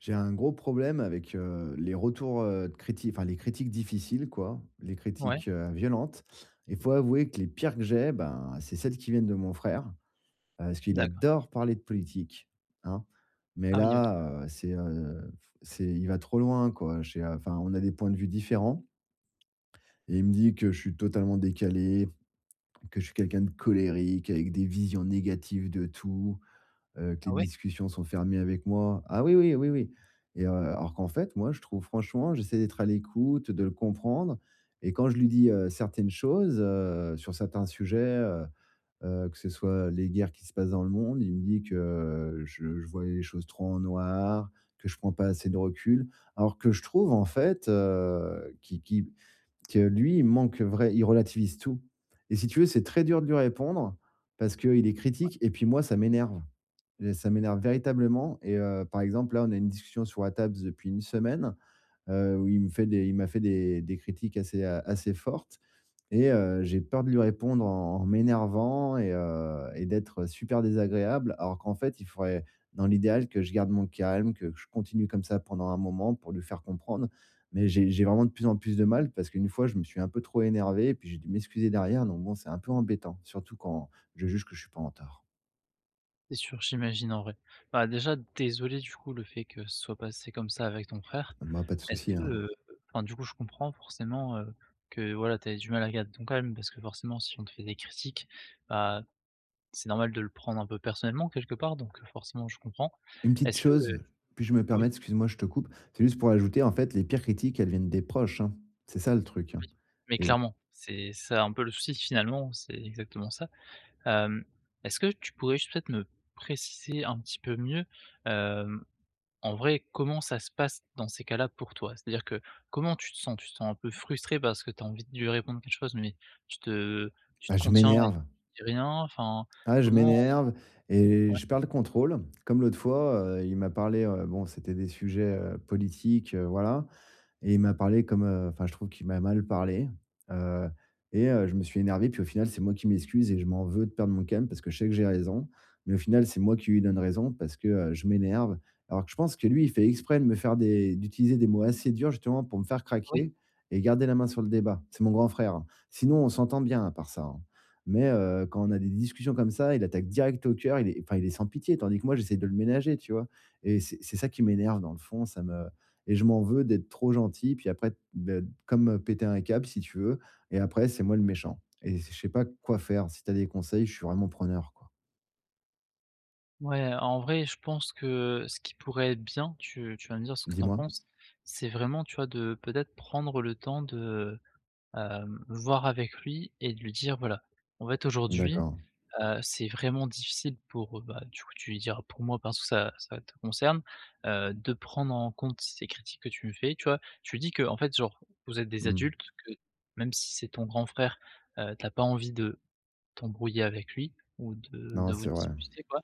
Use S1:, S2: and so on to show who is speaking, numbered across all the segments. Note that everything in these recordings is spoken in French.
S1: J'ai un gros problème avec, les retours, de criti enfin les critiques difficiles quoi, les
S2: Ouais,
S1: critiques, violentes. Et faut avouer que les pires que j'ai, ben, c'est celles qui viennent de mon frère, parce qu'il
S2: d'accord.
S1: adore parler de politique, hein. Mais
S2: Ah oui, OK.
S1: là, c'est il va trop loin quoi. On a des points de vue différents et il me dit que je suis totalement décalé, que je suis quelqu'un de colérique avec des visions négatives de tout, que les
S2: Ah ouais?
S1: discussions sont fermées avec moi. Ah oui, oui, oui, oui, et alors qu'en fait, moi, je trouve franchement, j'essaie d'être à l'écoute, de le comprendre et quand je lui dis, certaines choses, sur certains sujets, que ce soit les guerres qui se passent dans le monde, il me dit que je vois les choses trop en noir, que je prends pas assez de recul. Alors que je trouve en fait, qu'il que lui, il manque vrai il relativise tout, et si tu veux, c'est très dur de lui répondre parce qu'il est critique et puis moi, ça m'énerve. Et ça m'énerve véritablement et par exemple, là, on a une discussion sur WhatsApp depuis une semaine, où il m'a fait des critiques assez, assez fortes et j'ai peur de lui répondre en m'énervant et d'être super désagréable. Alors qu'en fait, il faudrait, dans l'idéal, que je garde mon calme, que je continue comme ça pendant un moment pour lui faire comprendre. Mais j'ai vraiment de plus en plus de mal parce qu'une fois, je me suis un peu trop énervé et puis j'ai dû m'excuser derrière donc bon, c'est un peu embêtant, surtout quand je juge que je suis pas en tort.
S2: C'est sûr, j'imagine en vrai. Bah, déjà, désolé du coup, le fait que ce soit passé comme ça avec ton frère.
S1: Moi, pas de
S2: Est-ce
S1: souci,
S2: que,
S1: hein.
S2: enfin du coup, je comprends forcément, que voilà, tu avais du mal à garder ton calme parce que forcément, si on te fait des critiques, bah, c'est normal de le prendre un peu personnellement quelque part, donc forcément, je comprends.
S1: Une petite
S2: Est-ce que,
S1: chose,
S2: heu
S1: puis je me
S2: oui,
S1: permets, excuse-moi, je te coupe. C'est juste pour ajouter, en fait, les pires critiques, elles viennent des proches, hein. C'est ça le truc, hein.
S2: mais
S1: Et
S2: clairement, c'est ça un peu le souci finalement, c'est exactement ça. Hem, est-ce que tu pourrais juste peut-être me préciser un petit peu mieux. En vrai, comment ça se passe dans ces cas-là pour toi? C'est-à-dire que comment tu te sens? Tu te sens un peu frustré parce que tu as envie de lui répondre quelque chose, mais tu te tu te
S1: ah, je
S2: contiens et
S1: m'énerve.
S2: tu dis rien? Enfin,
S1: Ah, je
S2: comment
S1: m'énerve et
S2: Ouais,
S1: je perds le contrôle. Comme l'autre fois, il m'a parlé, bon, c'était des sujets, politiques, voilà. Et il m'a parlé comme, je trouve qu'il m'a mal parlé, heu et je me suis énervé puis au final, c'est moi qui m'excuse et je m'en veux de perdre mon calme parce que je sais que j'ai raison. Mais au final, c'est moi qui lui donne raison parce que, je m'énerve. Alors que je pense que lui, il fait exprès de me faire des d'utiliser des mots assez durs justement pour me faire
S2: ouais,
S1: craquer et garder la main sur le débat. C'est mon grand frère, hein. Sinon, on s'entend bien à part ça, hein. Mais, quand on a des discussions comme ça, il attaque direct au cœur, il est sans pitié tandis que moi, j'essaie de le ménager, tu vois? Et c'est ça qui m'énerve dans le fond, ça me et je m'en veux d'être trop gentil, puis après, beh, comme, péter un câble si tu veux, et après c'est moi le méchant et je sais pas quoi faire. Si tu as des conseils, je suis vraiment preneur, quoi.
S2: ouais, en vrai, je pense que ce qui pourrait être bien, tu vas me dire ce que tu en
S1: Dis-moi?
S2: penses, c'est vraiment, tu vois, de peut-être prendre le temps de, hem, voir avec lui et de lui dire: «Voilà, en fait, aujourd'hui,
S1: D'accord.
S2: heu, c'est vraiment difficile pour, bah, du coup, tu diras pour moi parce que ça te concerne, de prendre en compte ces critiques que tu me fais, tu vois? Tu dis que en fait, genre, vous êtes des
S1: Mmh.
S2: adultes, que même si c'est ton grand frère, tu pas envie de t'embrouiller avec lui ou de
S1: Non,
S2: vous
S1: c'est vrai.
S2: disputer, quoi.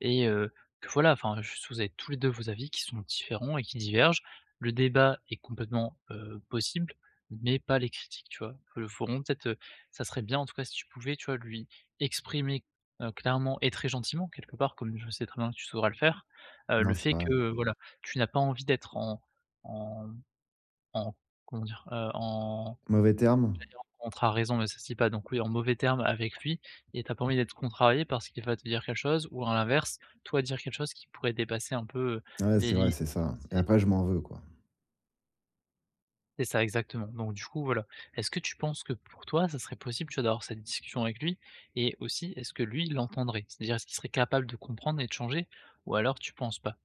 S2: Et que voilà, enfin, je vous avez tous les 2 vos avis qui sont différents et qui divergent. Le débat est complètement, possible, mais pas les critiques, tu vois? Faut vraiment peut-être, ça serait bien en tout cas si tu pouvais, tu vois, lui exprimer, clairement et très gentiment quelque part, comme je sais très bien que tu sauras le faire,
S1: Non,
S2: le
S1: c'est
S2: fait
S1: vrai.
S2: que, voilà, tu n'as pas envie d'être en en en comment dire? En
S1: Mauvais terme.
S2: et en contraraison, mais ça se dit pas, donc oui, en mauvais termes avec lui et t'as pas envie d'être contrarié parce qu'il va te dire quelque chose ou à l'inverse, toi dire quelque chose qui pourrait dépasser un peu,
S1: Ouais,
S2: les
S1: c'est vrai,
S2: limites,
S1: c'est
S2: tu vois?
S1: ça et après je m'en veux, quoi.
S2: C'est ça exactement. Donc du coup, voilà. Est-ce que tu penses que pour toi, ça serait possible, tu vois, d'avoir cette discussion avec lui? Et aussi, est-ce que lui, il l'entendrait? C'est-à-dire, est-ce qu'il serait capable de comprendre et de changer? Ou alors tu penses pas?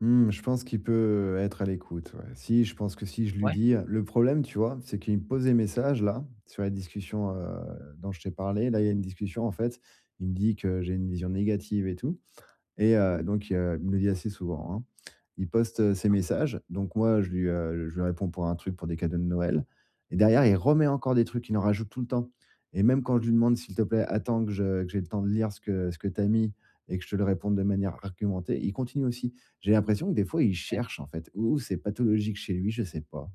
S1: Mmh, je pense qu'il peut être à l'écoute, ouais. Si, je pense que si je lui
S2: Ouais?
S1: dis le problème, tu vois, c'est qu'il me pose des messages là, sur la discussion, dont je t'ai parlé. Là, il y a une discussion en fait, il me dit que j'ai une vision négative et tout. Et il me le dit assez souvent, hein. Il poste, ses messages, donc moi je lui réponds pour un truc pour des cadeaux de Noël, et derrière il remet encore des trucs, il en rajoute tout le temps, et même quand je lui demande: «S'il te plaît, attends que je que j'ai le temps de lire ce que tu as mis et que je te le réponde de manière argumentée», il continue aussi. J'ai l'impression que des fois il
S2: Ouais.
S1: cherche en fait, ou c'est pathologique chez lui, je sais pas.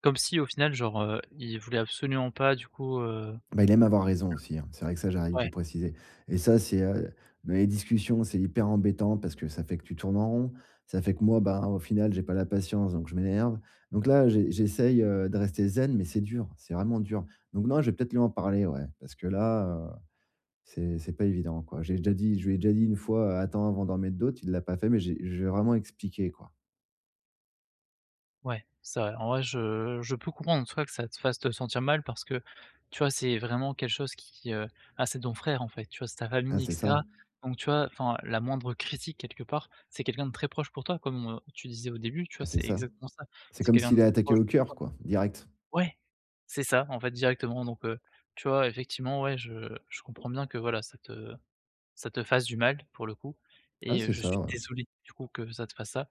S2: Comme si au final, genre, il voulait absolument pas du coup,
S1: Bah, il aime avoir raison aussi, hein. C'est vrai que ça, j'arrive de
S2: ouais.
S1: le préciser, et ça, c'est, dans les discussions, c'est hyper embêtant parce que ça fait que tu tournes en rond. Ça fait que moi, ben, au final, j'ai pas la patience, donc je m'énerve. Donc là, j'essaye, de rester zen, mais c'est dur, c'est vraiment dur. Donc non, je vais peut-être lui en parler, ouais, parce que là, c'est pas évident, quoi. J'ai déjà dit je lui ai déjà dit une fois: «Attends avant d'en mettre d'autres», il l'a pas fait, mais j'ai je vraiment expliqué, quoi.
S2: Ouais, c'est vrai. En vrai, je peux comprendre, toi, que ça te fasse te sentir mal parce que, tu vois, c'est vraiment quelque chose qui, ah, c'est ton frère, en fait, tu vois? C'est ta
S1: Ah,
S2: famille et Ouais.
S1: c'est ça.
S2: cetera. Donc, tu vois, enfin, la moindre critique, quelque part, c'est quelqu'un de très proche pour toi, comme, tu disais au début, tu vois?
S1: Ah, c'est
S2: C'est
S1: ça.
S2: exactement ça.
S1: C'est
S2: C'est
S1: comme
S2: quelqu'un de
S1: s'il est
S2: très
S1: attaqué
S2: proche.
S1: au cœur, quoi, direct.
S2: Ouais, c'est ça, en fait, directement. Donc, tu vois, effectivement, ouais, je comprends bien que, voilà, ça te fasse du mal, pour le coup
S1: Ah,
S2: et
S1: c'est
S2: je suis
S1: ça, ouais.
S2: désolé, du coup, que ça te fasse ça.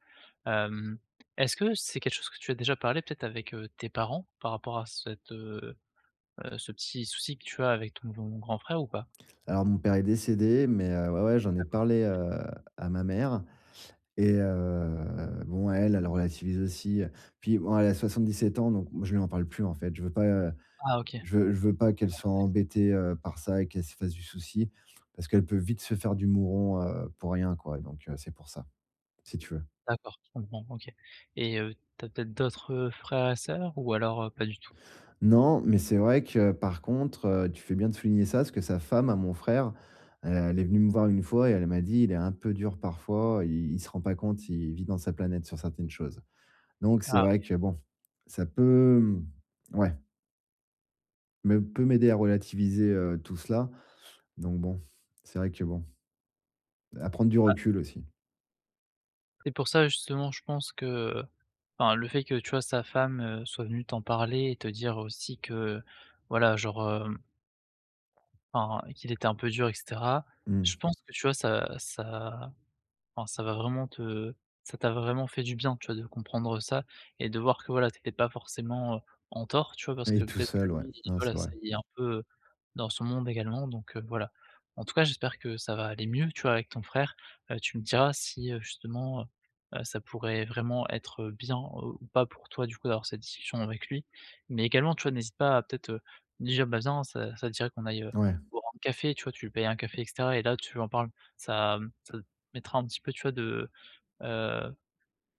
S2: Hem, est-ce que c'est quelque chose que tu as déjà parlé peut-être avec, tes parents par rapport à cette, ce petit souci que tu as avec ton grand frère ou pas?
S1: Alors mon père est décédé, mais ouais, ouais, j'en ai
S2: D'accord,
S1: parlé,
S2: désolé.
S1: à ma mère et bon, elle, elle relativise aussi, puis bon, elle a 77 ans, donc moi, je lui en parle plus, en fait. Je veux pas,
S2: Ah OK,
S1: je
S2: pas
S1: veux je veux pas qu'elle soit
S2: l'embêter avec ça.
S1: embêtée, par ça et qu'elle se fasse du souci parce qu'elle peut vite se faire du mouron, pour rien, quoi, donc c'est pour ça, si tu veux.
S2: D'accord, je comprends, OK et tu peut-être d'autres, frères et sœurs ou alors, pas du tout?
S1: Non, mais c'est vrai que par contre, tu fais bien de souligner ça, parce que sa femme à mon frère, elle est venue me voir une fois et elle m'a dit: «Il est un peu dur parfois, il se rend pas compte, il vit dans sa planète sur certaines choses». Donc
S2: Ah
S1: c'est vrai que
S2: OK.
S1: bon, ça peut, mmh, ouais, me peut m'aider à relativiser, tout cela. Donc bon, c'est vrai que bon, à prendre du
S2: Ah,
S1: recul aussi.
S2: c'est pour ça justement, je pense que, enfin, le fait que, tu vois, sa femme, soit venue t'en parler et te dire aussi que, voilà, genre, enfin, qu'il était un peu dur et cetera. Je
S1: Mmh.
S2: pense que, tu vois, ça ça enfin, ça va vraiment te ça t'a vraiment fait du bien, tu vois, de comprendre ça et de voir que, voilà, t'étais pas forcément, en tort, tu vois? Parce que
S1: Et tout
S2: peut-être que
S1: seul, ouais.
S2: lui,
S1: Non,
S2: voilà,
S1: c'est
S2: ça
S1: vrai.
S2: y est un peu, dans son monde également, donc voilà. En tout cas, j'espère que ça va aller mieux, tu vois, avec ton frère. Tu me diras si, justement, ça pourrait vraiment être, bien, ou pas pour toi, du coup, d'avoir cette discussion avec lui. Mais également, tu vois, n'hésite pas à peut-être, lui dire: «Bah, viens, ça te dirait qu'on aille,
S1: Ouais,
S2: boire un café?» Tu vois? Tu lui payes un café et cetera et là, tu en parles. Ça mettra un petit peu, tu vois, de, heu,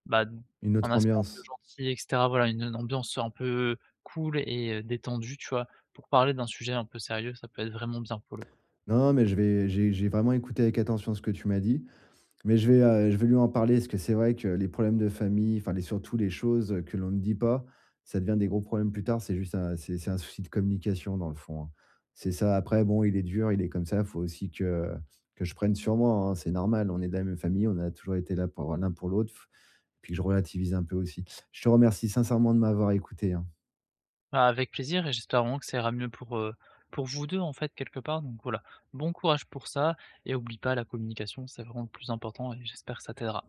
S2: bah,
S1: une autre
S2: un aspect un peu
S1: ambiance.
S2: gentil et cetera. Voilà, une ambiance un peu cool et détendue, tu vois? Pour parler d'un sujet un peu sérieux, ça peut être vraiment bien pour le coup.
S1: Non, mais je vais j'ai vraiment écouté avec attention ce que tu m'as dit. Mais je vais lui en parler parce que c'est vrai que les problèmes de famille, enfin, les surtout les choses, que l'on ne dit pas, ça devient des gros problèmes plus tard. C'est juste un c'est un souci de communication dans le fond, hein. C'est ça. Après bon, il est dur, il est comme ça. Il faut aussi que je prenne sur moi, hein. C'est normal, on est de la même famille, on a toujours été là pour l'un pour l'autre, puis que je relativise un peu aussi. Je te remercie sincèrement de m'avoir écouté, hein.
S2: Bah, avec plaisir et j'espère vraiment que ça ira mieux pour vous 2 en fait, quelque part donc voilà. Bon courage pour ça et oublie pas la communication, c'est vraiment le plus important et j'espère que ça t'aidera.